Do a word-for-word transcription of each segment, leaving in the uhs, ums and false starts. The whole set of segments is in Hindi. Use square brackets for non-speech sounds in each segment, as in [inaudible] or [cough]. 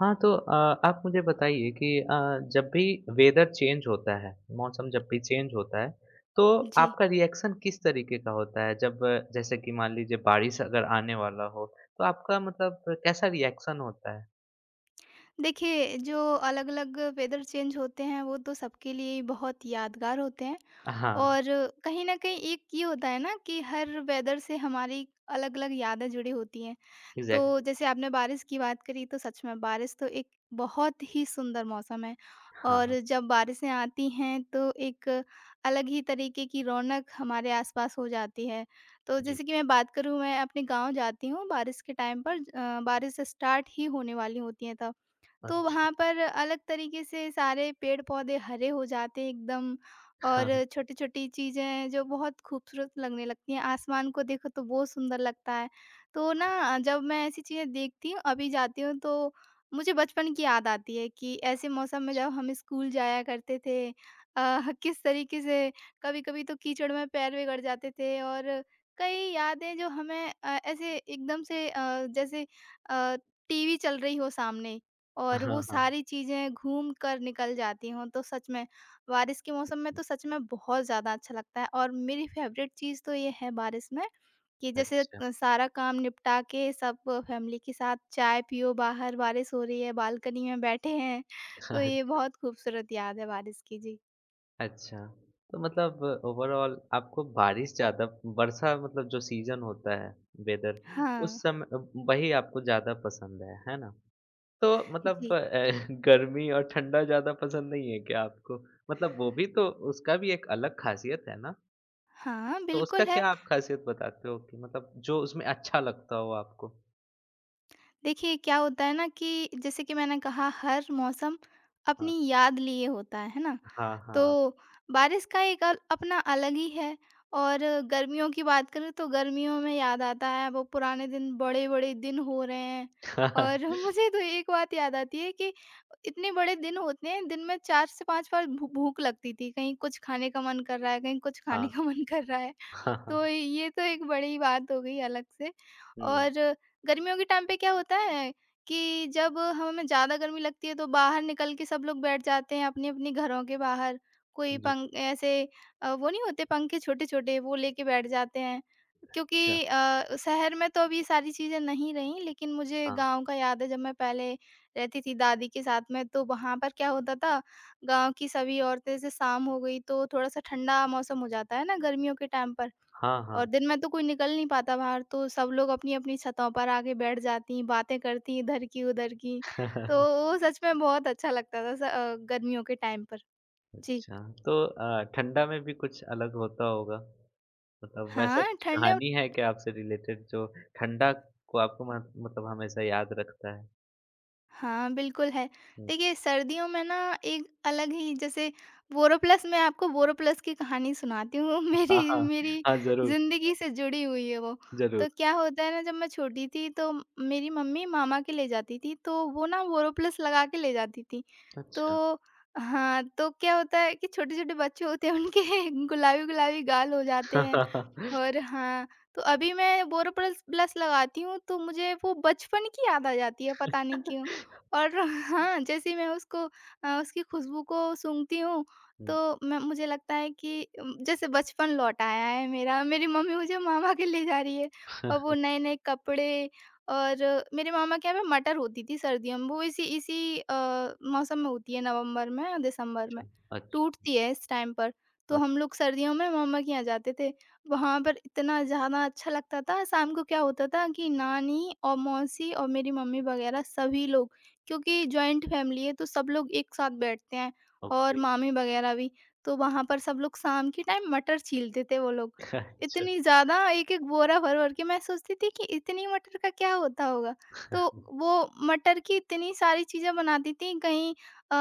हाँ, तो अ, आप मुझे बताइए कि अ, जब भी वेदर चेंज होता है, मौसम जब भी चेंज होता है, तो जी। आपका रिएक्शन किस तरीके का होता है? जब अ, जैसे कि मान लीजिए बारिश अगर आने वाला हो, तो आपका मतलब कैसा रिएक्शन होता है? देखिए, जो अलग-अलग वेदर चेंज होते हैं, वो तो सबके लिए ही बहुत यादगार होते हैं हाँ, और कहीं न कहीं एक ये होता है ना कि हर वेदर से हमारी अलग-अलग यादें जुड़ी होती हैं। तो एग्ज़ैक्टली। जैसे आपने बारिश की बात करी, तो सच में बारिश तो एक बहुत ही सुंदर मौसम है। हाँ, हाँ। और जब बारिशें आती हैं, तो एक अलग ही तरीके की रौनक हमारे आस-पास हो जाती है। तो जी। जैसे कि मैं बात करूँ, मैं अपने गाँव जाती हूँ बारिश के टाइम पर, अ, बारिश स्टार्ट ही होने वाली होती है तब। तो अच्छा। वहाँ पर अलग तरीके से सारे पेड़-पौधे हरे हो जाते हैं एकदम। और हाँ, छोटी-छोटी चीज़ें जो बहुत खूबसूरत लगने लगती हैं, आसमान को देखो तो बहुत सुंदर लगता है। तो ना, जब मैं ऐसी चीज़ें देखती हूँ, अभी जाती हूँ तो मुझे बचपन की याद आती है कि ऐसे मौसम में जब हम स्कूल जाया करते थे, अ, किस तरीके से कभी-कभी तो कीचड़ में पैर बिगड़ जाते थे। और कई यादें जो हमें अ, ऐसे एकदम से, अ, जैसे अ, टीवी चल रही हो सामने और वो हाँ, हाँ। सारी चीज़ें घूम कर निकल जाती हों, तो सच में बारिश के मौसम में तो सच में बहुत ज़्यादा अच्छा लगता है। और मेरी फ़ेवरेट चीज़ तो ये है बारिश में कि जैसे अच्छा, अ, सारा काम निपटा के सब फैमिली के साथ चाय पियो, बाहर बारिश हो रही है, बालकनी में बैठे हैं, [laughs] तो अच्छा, ये बहुत खूबसूरत याद है बारिश की। जी। अच्छा। तो मतलब ओवरऑल आपको बारिश ज़्यादा वर्षा मतलब जो सीज़न होता है, वेदर, हाँ। उस समय वही आपको ज़्यादा पसंद है, है ना? तो मतलब जी। अ, [laughs] गर्मी और ठंडा ज़्यादा पसंद नहीं है क्या आपको? मतलब वो भी तो उसका भी एक अलग ख़ासियत है ना? हाँ, तो बिल्कुल उसका है। क्या आप ख़ासियत बताते हो कि मतलब जो उसमें अच्छा लगता हो आपको? देखिए, क्या होता है ना कि जैसे कि मैंने कहा, हर मौसम हाँ, अपनी याद लिए होता है है ना? हाँ, तो हाँ। बारिश का एक अल- अपना अलग ही है। और गर्मियों की बात करें तो गर्मियों में याद आता है वो पुराने दिन, बड़े बड़े दिन हो रहे हैं। और [laughs] [laughs] मुझे तो एक बात याद आती है कि इतने बड़े दिन होते हैं, दिन में चार से पांच बार भू- भूख लगती थी, कहीं कुछ खाने का मन कर रहा है, कहीं कुछ खाने हाँ, का मन कर रहा है। हाँ, हाँ। तो ये तो एक बड़ी बात हो गई अलग से। हुँ, और गर्मियों के टाइम पे क्या होता है कि जब हमें ज़्यादा गर्मी लगती है तो बाहर निकल के सब लोग बैठ जाते हैं अपने-अपने घरों के बाहर। कोई जी, पंख ऐसे, अ, वो नहीं होते पंखे छोटे-छोटे, वो लेके बैठ जाते हैं। क्योंकि अच्छा, अ, शहर में तो अब ये सारी चीज़ें नहीं रहीं, लेकिन मुझे हाँ। गाँव का याद है, जब मैं पहले रहती थी दादी के साथ में तो वहाँ पर क्या होता था, गाँव की सभी औरतें, जैसे शाम हो गई तो थोड़ा-सा ठंडा मौसम हो जाता है ना गर्मियों के टाइम पर। हाँ, और हाँ। दिन में तो कोई निकल नहीं पाता बाहर, तो सब लोग अपनी-अपनी छतों पर आके बैठ जाती हैं, बातें करती हैं इधर की उधर की। तो [laughs] वो सच में बहुत अच्छा लगता था स अ, गर्मियों के टाइम पर। जी। अच्छा, तो अ, ठंडा में भी कुछ अलग होता होगा? मतलब वैसा हाँ, कुछ ठंडे। कहानी है क्या आपसे रिलेटेड जो ठंडा को आपको मत मतलब हमेशा याद रखता है? हाँ, बिल्कुल है। हुँ। देखिए, सर्दियों में ना एक अलग ही, जैसे बोरोप्लस। मैं आपको बोरोप्लस की कहानी सुनाती हूँ। [laughs] हाँ, मेरी हाँ। मेरी हाँ, ज़रूर। ज़िंदगी से जुड़ी हुई है वो। ज़रूर। तो क्या होता है ना, जब मैं छोटी थी तो म- मेरी मम्मी मामा के ले जाती थी, तो वो ना बोरोप्लस लगा के ले जाती थी। अच्छा। तो हाँ, तो क्या होता है कि छोटे-छोटे बच्चे होते हैं, उनके [laughs] गुलाबी-गुलाबी गाल हो जाते हैं। [laughs] और हाँ, तो अभी मैं बोरोप्लस प्लस प्लस लगाती हूँ तो मुझे वो बचपन की याद आ जाती है, पता नहीं क्यों। और हाँ, जैसे ही मैं उसको, अ, उसकी खुशबू को सूँघती हूँ, हुँ। तो मैं मुझे लगता है कि उम, जैसे बचपन लौट आया है मेरा। मेरी मम्मी मुझे मामा के ले जा रही है और वो [laughs] नए-नए कपड़े। और मेरे मामा के यहाँ पे मटर होती थी सर्दियों में। वो इसी इसी अ, मौसम में होती है, नवंबर में या दिसंबर अच्छा, में, अच्छा, टूटती है इस टाइम पर। तो हम अच्छा, लोग सर्दियों में मामा के यहाँ जाते थे, वहाँ पर इतना ज़्यादा अच्छा लगता था। शाम को क्या होता था कि नानी और मौसी और मेरी मम्मी वग़ैरह सभी लोग, क्योंकि जॉइंट फ़ैमिली है तो सब लोग एक साथ बैठते हैं, और ओके। मामी वग़ैरह भी। तो वहाँ पर सब लोग शाम के टाइम मटर छीलते थे वो लोग। [laughs] अच्छा, इतनी ज़्यादा एक-एक बोरा भर-भर के, मैं सोचती थी कि इतनी मटर का क्या होता होगा? तो वो मटर की इतनी सारी चीज़ें बनाती थी, कहीं अ,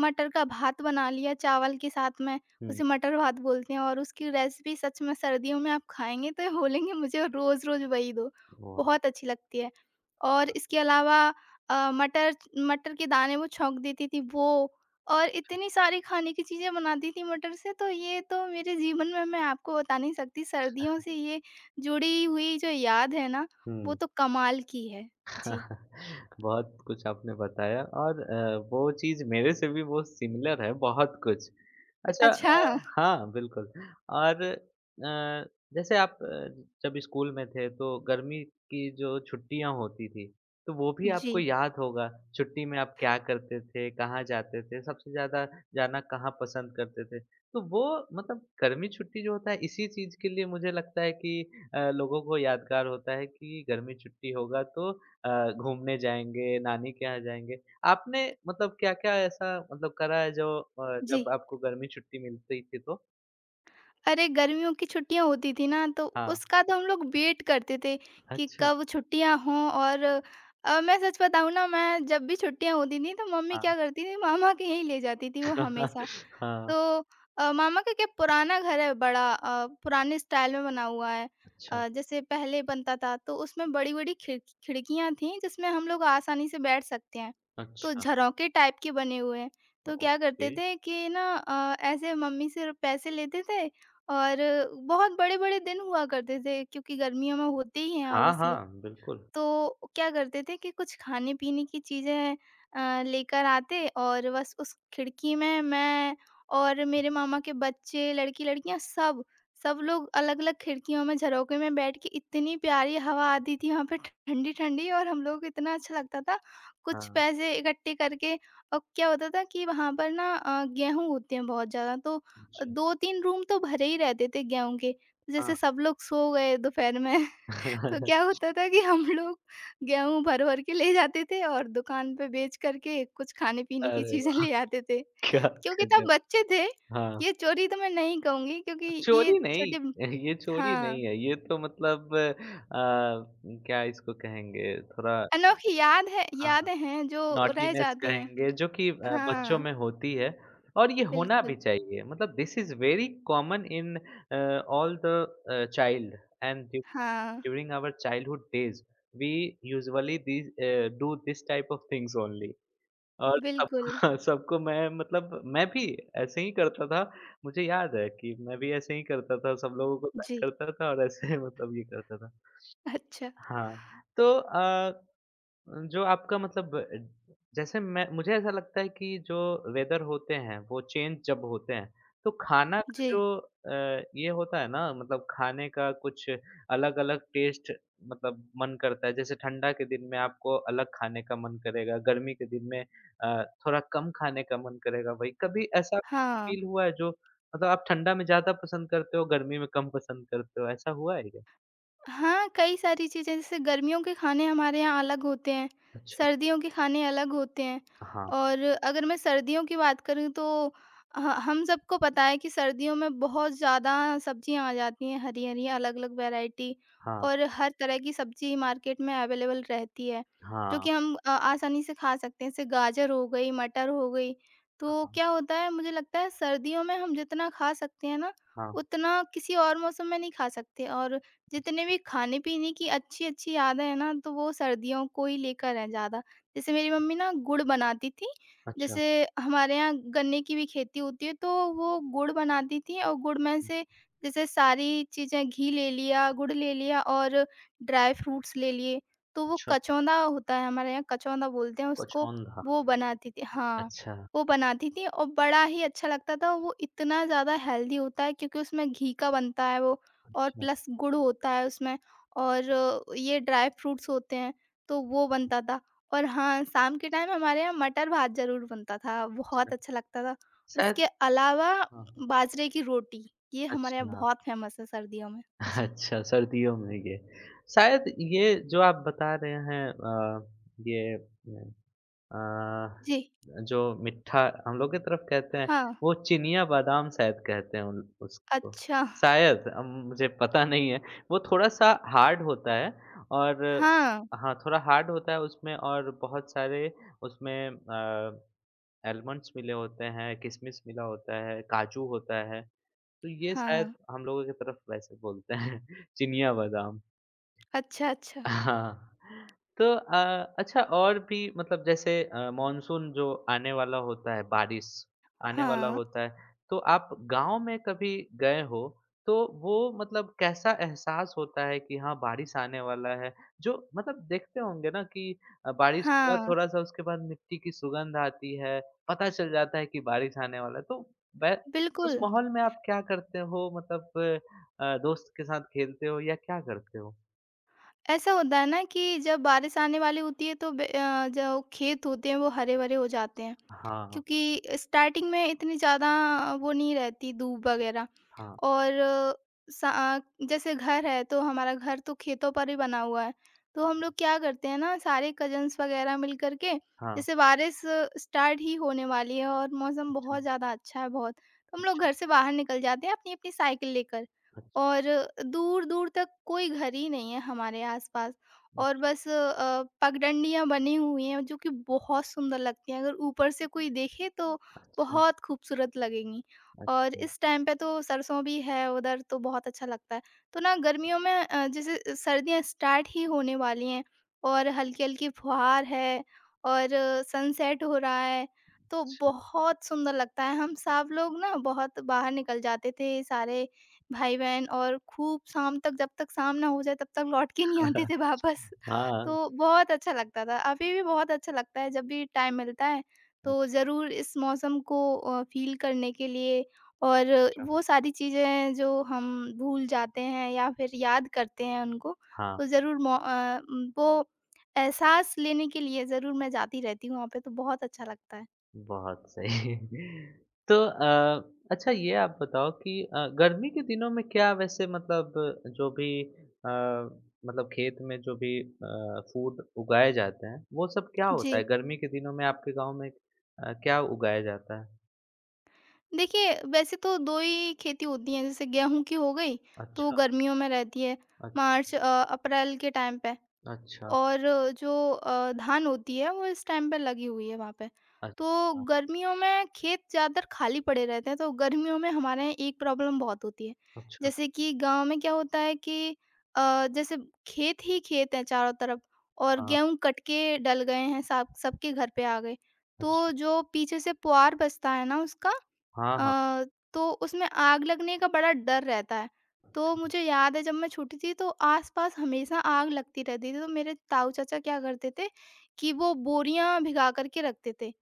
मटर का भात बना लिया चावल के साथ में। हुँ, उसे मटर भात बोलते हैं, और उसकी रेसिपी सच में सर्दियों में आप खाएँगे तो ये बोलेंगे, मुझे रोज़-रोज़ वही दो, वाह! बहुत अच्छी लगती है। और इसके अलावा अ, मटर मटर के दाने वो छौंक देती थी वो, और इतनी सारी खाने की चीज़ें बनाती थी मटर से। तो ये तो मेरे जीवन में, मैं आपको बता नहीं सकती, सर्दियों से ये जुड़ी हुई जो याद है ना, वो हुँ। तो कमाल की है। जी, [laughs] बहुत कुछ आपने बताया और अ, वो चीज़ मेरे से भी वो सिमिलर है बहुत कुछ। अच्छा अच्छा। अ, हाँ, बिल्कुल और अ, जैसे आप अ, जब स्कूल में थे तो गर्मी की जो छुट्टियाँ होती थी, तो वो भी जी, आपको याद होगा, छुट्टी में आप क्या करते थे, कहाँ जाते थे, सबसे ज़्यादा जाना कहाँ पसंद करते थे? तो वो मतलब गर्मी छुट्टी जो होता है इसी चीज़ के लिए मुझे लगता है कि अ, लोगों को यादगार होता है कि गर्मी छुट्टी होगा तो अ, घूमने जाएँगे, नानी के यहाँ जाएँगे। आपने मतलब क्या-क्या ऐसा मतलब करा है जो अ, जी। जब आपको गर्मी छुट्टी मिलती थी तो? अरे, गर्मियों की छुट्टियाँ होती थी ना, तो हाँ, उसका तो हम लोग वेट करते थे कि अच्छा, कब छुट्टियाँ हों। और अ, मैं सच बताऊँ ना, मैं जब भी छुट्टियाँ होती थी तो मम्मी क्या हाँ। करती थी, मामा के यहीं ले जाती थी वो हमेशा। [laughs] हाँ, तो अ, मामा का क्या पुराना घर है, बड़ा अ, पुराने स्टाइल में बना हुआ है। अच्छा, अ, जैसे पहले बनता था, तो उसमें बड़ी-बड़ी खिड़ खिड़कियाँ थीं, जिसमें हम लोग आसानी से बैठ सकते हैं। तो अच्छा, झरोखे टाइप के बने हुए हैं। तो क्या ओके। करते थे कि ना, अ, ऐसे मम्मी से पैसे लेते थे, और बहुत बड़े-बड़े दिन हुआ करते थे क्योंकि गर्मियों में होते ही हैं हाँ, ऑब्वियसली। हाँ, बिल्कुल। तो क्या करते थे कि कुछ खाने-पीने की चीज़ें अ, लेकर आते, और बस उस खिड़की में मैं और मेरे मामा के बच्चे, लड़की-लड़कियाँ सब, सब लोग अलग-अलग खिड़कियों में झरोखे में बैठ के, इतनी प्यारी हवा आती थी वहाँ पे ठंडी-ठंडी, और हम लोगों को इतना अच्छा लगता था। कुछ हाँ, पैसे इकट्ठे करके, और क्या होता था कि वहाँ पर ना अ, गेहूँ होते हैं बहुत ज़्यादा, तो अच्छा, दो तीन रूम तो भरे ही रहते थे गेहूँ के। जैसे हाँ। सब लोग सो गए दोपहर में। [laughs] तो क्या [laughs] होता था कि हम लोग गेहूँ भर-भर के ले जाते थे और दुकान पे बेच कर के कुछ खाने-पीने की अरे चीज़ें वाह! ले आते थे। क्या क्योंकि तब गज़ब! बच्चे थे, हाँ, ये चोरी तो मैं नहीं कहूँगी क्योंकि ये चोरी छोटे, नहीं [laughs] ये चोरी हाँ, नहीं है, ये तो मतलब अ, क्या इसको कहेंगे थोड़ा अनोखी याद है, हाँ। यादें हैं जो रह नॉटीनेस जाती हैं। कहेंगे जो कि अ, बच्चों हाँ, में होती है और ये होना बिल्कुल। भी चाहिए मतलब this is very common in all the child and हाँ, during our childhood days we usually this do this type of things only और सबको बिल्कुल। [laughs] सबको मैं मतलब मैं भी ऐसे ही करता था मुझे याद है कि मैं भी ऐसे ही करता था सब लोगों को तंग जी, करता था और ऐसे [laughs] मतलब ये करता था। अच्छा। हाँ, तो अ जो आपका मतलब अ, जैसे मैं मुझे ऐसा लगता है कि जो वेदर होते हैं वो चेंज जब होते हैं तो खाना का जी, जो अ, ये होता है ना मतलब खाने का कुछ अलग अलग टेस्ट मतलब मन करता है जैसे ठंडा के दिन में आपको अलग खाने का मन करेगा गर्मी के दिन में अ, थोड़ा कम खाने का मन करेगा भाई, कभी ऐसा हाँ। फील हुआ है जो मतलब आप ठंडा में ज्यादा पसंद करते हो गर्मी में कम पसंद करते हो, ऐसा हुआ है क्या? हाँ, कई सारी चीज़ें, जैसे गर्मियों के खाने हमारे यहाँ अलग होते हैं, अच्छा, सर्दियों के खाने अलग होते हैं। हाँ, और अगर मैं सर्दियों की बात करूँ तो ह हम सबको पता है कि सर्दियों में बहुत ज़्यादा सब्जियाँ आ जाती हैं हरी-हरी, अलग-अलग वैरायटी, हाँ, और हर तरह की सब्ज़ी मार्केट में अवेलेबल रहती है, जो हाँ, कि हम अ, आसानी से खा सकते हैं। जैसे गाजर हो गई, मटर हो गई, तो हाँ, क्या होता है, मुझे लगता है सर्दियों में हम जितना खा सकते हैं ना, हाँ, उतना किसी और मौसम में नहीं खा सकते। और जितने भी खाने-पीने की अच्छी-अच्छी यादें हैं ना, तो वो सर्दियों को ही लेकर हैं ज़्यादा। जैसे मेरी मम्मी ना गुड़ बनाती थीं, अच्छा, जैसे हमारे यहाँ गन्ने की भी खेती होती है, तो वो गुड़ बनाती थीं। और गुड़ में से, जैसे सारी चीज़ें, घी ले लिया, गुड़ ले लिया और ड्राई फ्रूट्स ले लिए, तो वो अच्छा, कचौंधा होता है, हमारे यहाँ कचौंधा बोलते हैं उसको, कोचौंधा। वो बनाती थी। हाँ, अच्छा, वो बनाती थीं और बड़ा ही अच्छा लगता था, वो इतना ज़्यादा हेल्दी होता है क्योंकि उसमें घी का बनता है वो, और अच्छा, प्लस गुड़ होता है उसमें, और अ, ये ड्राई फ्रूट्स होते हैं, तो वो बनता था। और हाँ, शाम के टाइम हमारे यहाँ मटर भात ज़रूर बनता था, बहुत अच्छा। अच्छा लगता था। और शायद इसके अलावा हाँ, बाजरे की रोटी, ये हमारे यहाँ अच्छा, बहुत फेमस है सर्दियों में। [laughs] जी। अच्छा सर्दियों में ये। शायद ये जो आप बता रहे हैं अ, ये अ, जी। जो मिट्ठा हम लोग की तरफ कहते हैं, हाँ। वो चिनिया बादाम शायद कहते हैं उन उसको। अच्छा। शायद अम, मुझे पता नहीं है। वो थोड़ा-सा हार्ड होता है और हाँ। हाँ, थोड़ा हार्ड होता है उसमें और बहुत सारे उसमें अ एलमंड्स मिले होते हैं, किशमिश मिला होता है, काजू होता है, तो ये शायद हाँ। हम लोगों की तरफ वैसे बोलते हैं [laughs] चिनिया बादाम। अच्छा, अच्छा। हाँ। तो अ, अच्छा और भी मतलब जैसे अ, मानसून जो आने वाला होता है, बारिश आने वाला हाँ। होता है, तो आप गाँव में कभी गए हो, तो वो मतलब कैसा एहसास होता है कि हाँ, बारिश आने वाला है? जो मतलब देखते होंगे ना कि अ, बारिश हुआ हाँ। थोड़ा-सा उसके बाद मिट्टी की सुगंध आती है, पता चल जाता है कि बारिश आने वाला है। तो वै उस बिल्कुल। माहौल में आप क्या करते हो? मतलब अ, दोस्त के साथ खेलते हो या क्या करते हो? ऐसा होता है ना कि जब बारिश आने वाली होती है, तो बे अ, जो खेत होते हैं वो हरे-भरे हो जाते हैं। हाँ, हाँ। क्योंकि स्टार्टिंग में इतनी ज़्यादा वो नहीं रहती धूप वगैरह, हाँ, और सा जैसे घर है तो हमारा घर तो खेतों पर ही बना हुआ है। तो हम लोग क्या करते हैं ना, सारे कजन्स वगैरह मिल करके, हाँ। जैसे बारिश स्टार्ट ही होने वाली है और मौसम अच्छा, बहुत ज़्यादा अच्छा है बहुत, तो हम लोग अच्छा, घर से बाहर निकल जाते हैं अपनी अपनी साइकिल लेकर। अच्छा, और दूर दूर तक कोई घर ही नहीं है हमारे आसपास, और बस अ, पगडंडियाँ बनी हुई हैं जो कि बहुत सुंदर लगती हैं। अगर ऊपर से कोई देखे तो अच्छा, बहुत खूबसूरत लगेंगी। और अच्छा, इस टाइम पे तो सरसों भी है उधर, तो बहुत अच्छा लगता है। तो ना, गर्मियों में अ, जैसे सर्दियाँ स्टार्ट ही होने वाली हैं, और हल्की-हल्की फुहार है, और सनसेट हो रहा है, तो अच्छा। बहुत सुंदर लगता है। हम सब लोग ना बहुत बाहर निकल जाते थे सारे भाई-बहन, और खूब शाम तक, जब तक शाम ना हो जाए तब तक लौट के नहीं आते थे वापस। [laughs] हाँ, तो बहुत अच्छा लगता था, अभी भी बहुत अच्छा लगता है जब भी टाइम मिलता है, तो अच्छा, ज़रूर इस मौसम को अ, फ़ील करने के लिए, और अच्छा। वो सारी चीज़ें जो हम भूल जाते हैं या फिर याद करते हैं उनको, हाँ, तो ज़रूर मौ अ, वो एहसास लेने के लिए ज़रूर मैं जाती रहती हूँ वहाँ पे, तो बहुत अच्छा लगता है। बहुत सही। [laughs] तो अ, अच्छा ये आप बताओ कि अ, गर्मी के दिनों में क्या वैसे मतलब जो भी अ, मतलब खेत में जो भी अ, फूड उगाए जाते हैं, वो सब क्या होता जी। है? गर्मी के दिनों में आपके गाँव में अ, क्या उगाया जाता है? देखिए, वैसे तो दो ही खेती होती हैं, जैसे गेहूँ की हो गई, तो अच्छा, गर्मियों में रहती है, अच्छा, मार्च अ, अप्रैल के टाइम पे। अच्छा, और जो अ, धान होती है, वो इस टाइम पे लगी हुई है वहाँ पे। तो अच्छा, गर्मियों में खेत ज़्यादातर खाली पड़े रहते हैं, तो गर्मियों में हमारे यहाँ एक प्रॉब्लम बहुत होती है। अच्छा, जैसे कि गाँव में क्या होता है कि अ, जैसे खेत ही खेत हैं चारों तरफ, और हाँ, गेहूँ कट के डल गए हैं, सब सबके घर पे आ गए। तो अच्छा। जो पीछे से पुआर बचता है ना उसका, हाँ, हाँ। अ, तो उसमें आग लगने का बड़ा डर रहता है। तो अच्छा, मुझे याद है जब मैं छोटी थी तो आस-पास हमेशा आग लगती रहती थी, तो मेरे ताऊ चाचा क्या करते थे कि वो बोरियाँ भिगा कर के रखते थे।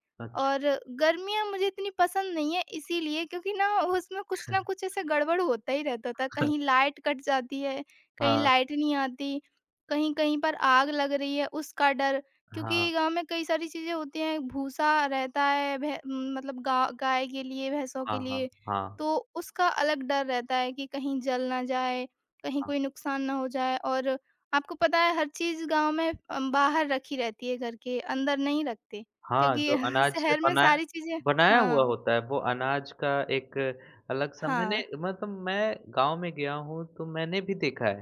और गर्मियाँ मुझे इतनी पसंद नहीं है इसीलिए, क्योंकि ना उसमें कुछ ना कुछ ऐसे गड़बड़ होता ही रहता था, कहीं अच्छा। लाइट कट जाती है, कहीं हाँ, लाइट नहीं आती, कहीं-कहीं पर आग लग रही है, उसका डर। क्योंकि हाँ, गाँव में कई सारी चीज़ें होती हैं, भूसा रहता है, भै मतलब गा गाय के लिए, भैंसों के हाँ, हाँ, लिए, हाँ, तो उसका अलग डर रहता है कि कहीं जल ना जाए, कहीं हाँ। कोई नुकसान ना हो जाए। और आपको पता है, हर चीज़ गाँव में अ, बाहर रखी रहती है, घर के अंदर नहीं रखते, हाँ, क्योंकि जो [laughs] अनाज से शहर में बनाया सारी चीज़ें। बनाया हुआ हाँ, होता है, वो अनाज का एक अलग सा मैंने हाँ। मतलब मैं गाँव में गया हूँ, तो मैंने भी देखा है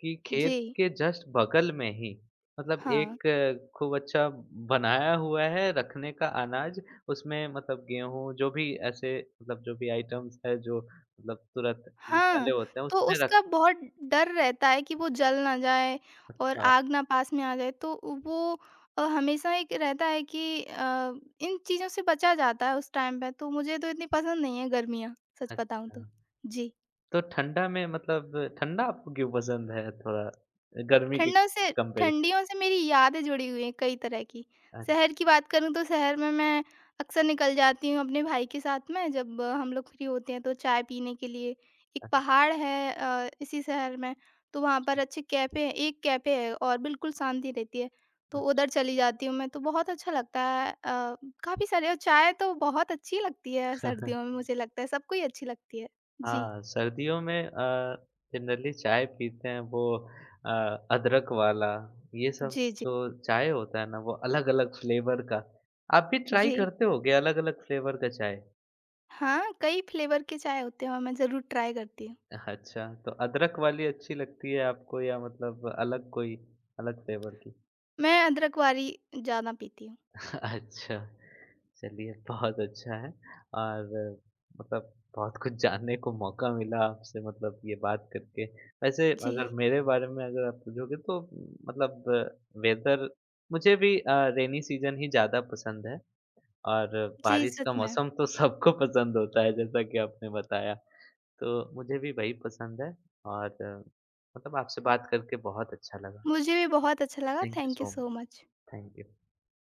कि जी, खेत के जस्ट बगल में ही मतलब हाँ। एक अ, खूब अच्छा बनाया हुआ है रखने का अनाज, उसमें मतलब गेहूँ जो भी ऐसे मतलब जो भी आइटम्स है, जो मतलब तुरंत निकाले हाँ, होते हैं, तो उसमें रख। उसका बहुत डर रहता है कि वो जल ना जाए और अच्छा, आग ना पास में आ जाए, तो वो अ, हमेशा एक रहता है कि, अ, इन चीज़ों से बचा जाता है उस टाइम पे, तो मुझे तो इतनी पसंद नहीं है गर्मियाँ, सच बताऊँ अच्छा। तो। जी। तो ठंडा में मतलब ठंडा आपको क्यों पसंद है थोड़ा गर्मी के ठंडों से कंपैरिज़न? ठंडियों से मेरी यादें जुड़ी हुई हैं कई तरह की। शहर अच्छा, की बात करूँ तो शहर में मैं अक्सर निकल जाती हूँ अपने भाई के साथ में, जब अ, हम लोग फ्री होते हैं तो चाय पीने के लिए। एक अच्छा। पहाड़ है अ, इसी शहर में, तो वहाँ पर अच्छे कैफ़े हैं, एक कैफ़े है और बिल्कुल शांति रहती है, तो उधर अच्छा। चली जाती हूँ मैं, तो बहुत अच्छा लगता है। अ, काफ़ी सारे, और चाय तो बहुत अच्छी लगती है सर्दियों में, [laughs] मुझे लगता है सबको ही अच्छी लगती है। जी। हाँ, सर्दियों में अ, जनरली चाय पीते हैं वो अ, अदरक वाला ये सब जी, जी। जो चाय होता है ना वो अलग-अलग फ्लेवर का। आप भी ट्राई जी। करते होंगे अलग-अलग फ्लेवर का चाय? हाँ, कई फ्लेवर के चाय होते हैं और मैं ज़रूर ट्राई करती हूँ। अच्छा, तो अदरक वाली अच्छी लगती है आपको या मतलब अलग कोई अलग फ्लेवर की? मैं अदरक वाली ज़्यादा पीती हूँ। अच्छा, चलिए बहुत अच्छा है और मतलब बहुत कुछ जानने को मौका मिला आपसे मतलब ये बात करके। वैसे जी। अगर मेरे बारे में अगर आप पूछोगे तो मतलब वेदर मुझे भी अ, रेनी सीज़न ही ज़्यादा पसंद है और जी, बारिश का सच में। मौसम तो सबको पसंद होता है जैसा कि आपने बताया। तो मुझे भी वही पसंद है और अ, मतलब आपसे बात करके बहुत अच्छा लगा। मुझे भी बहुत अच्छा लगा। Thank you thank you so much. So much. Thank you.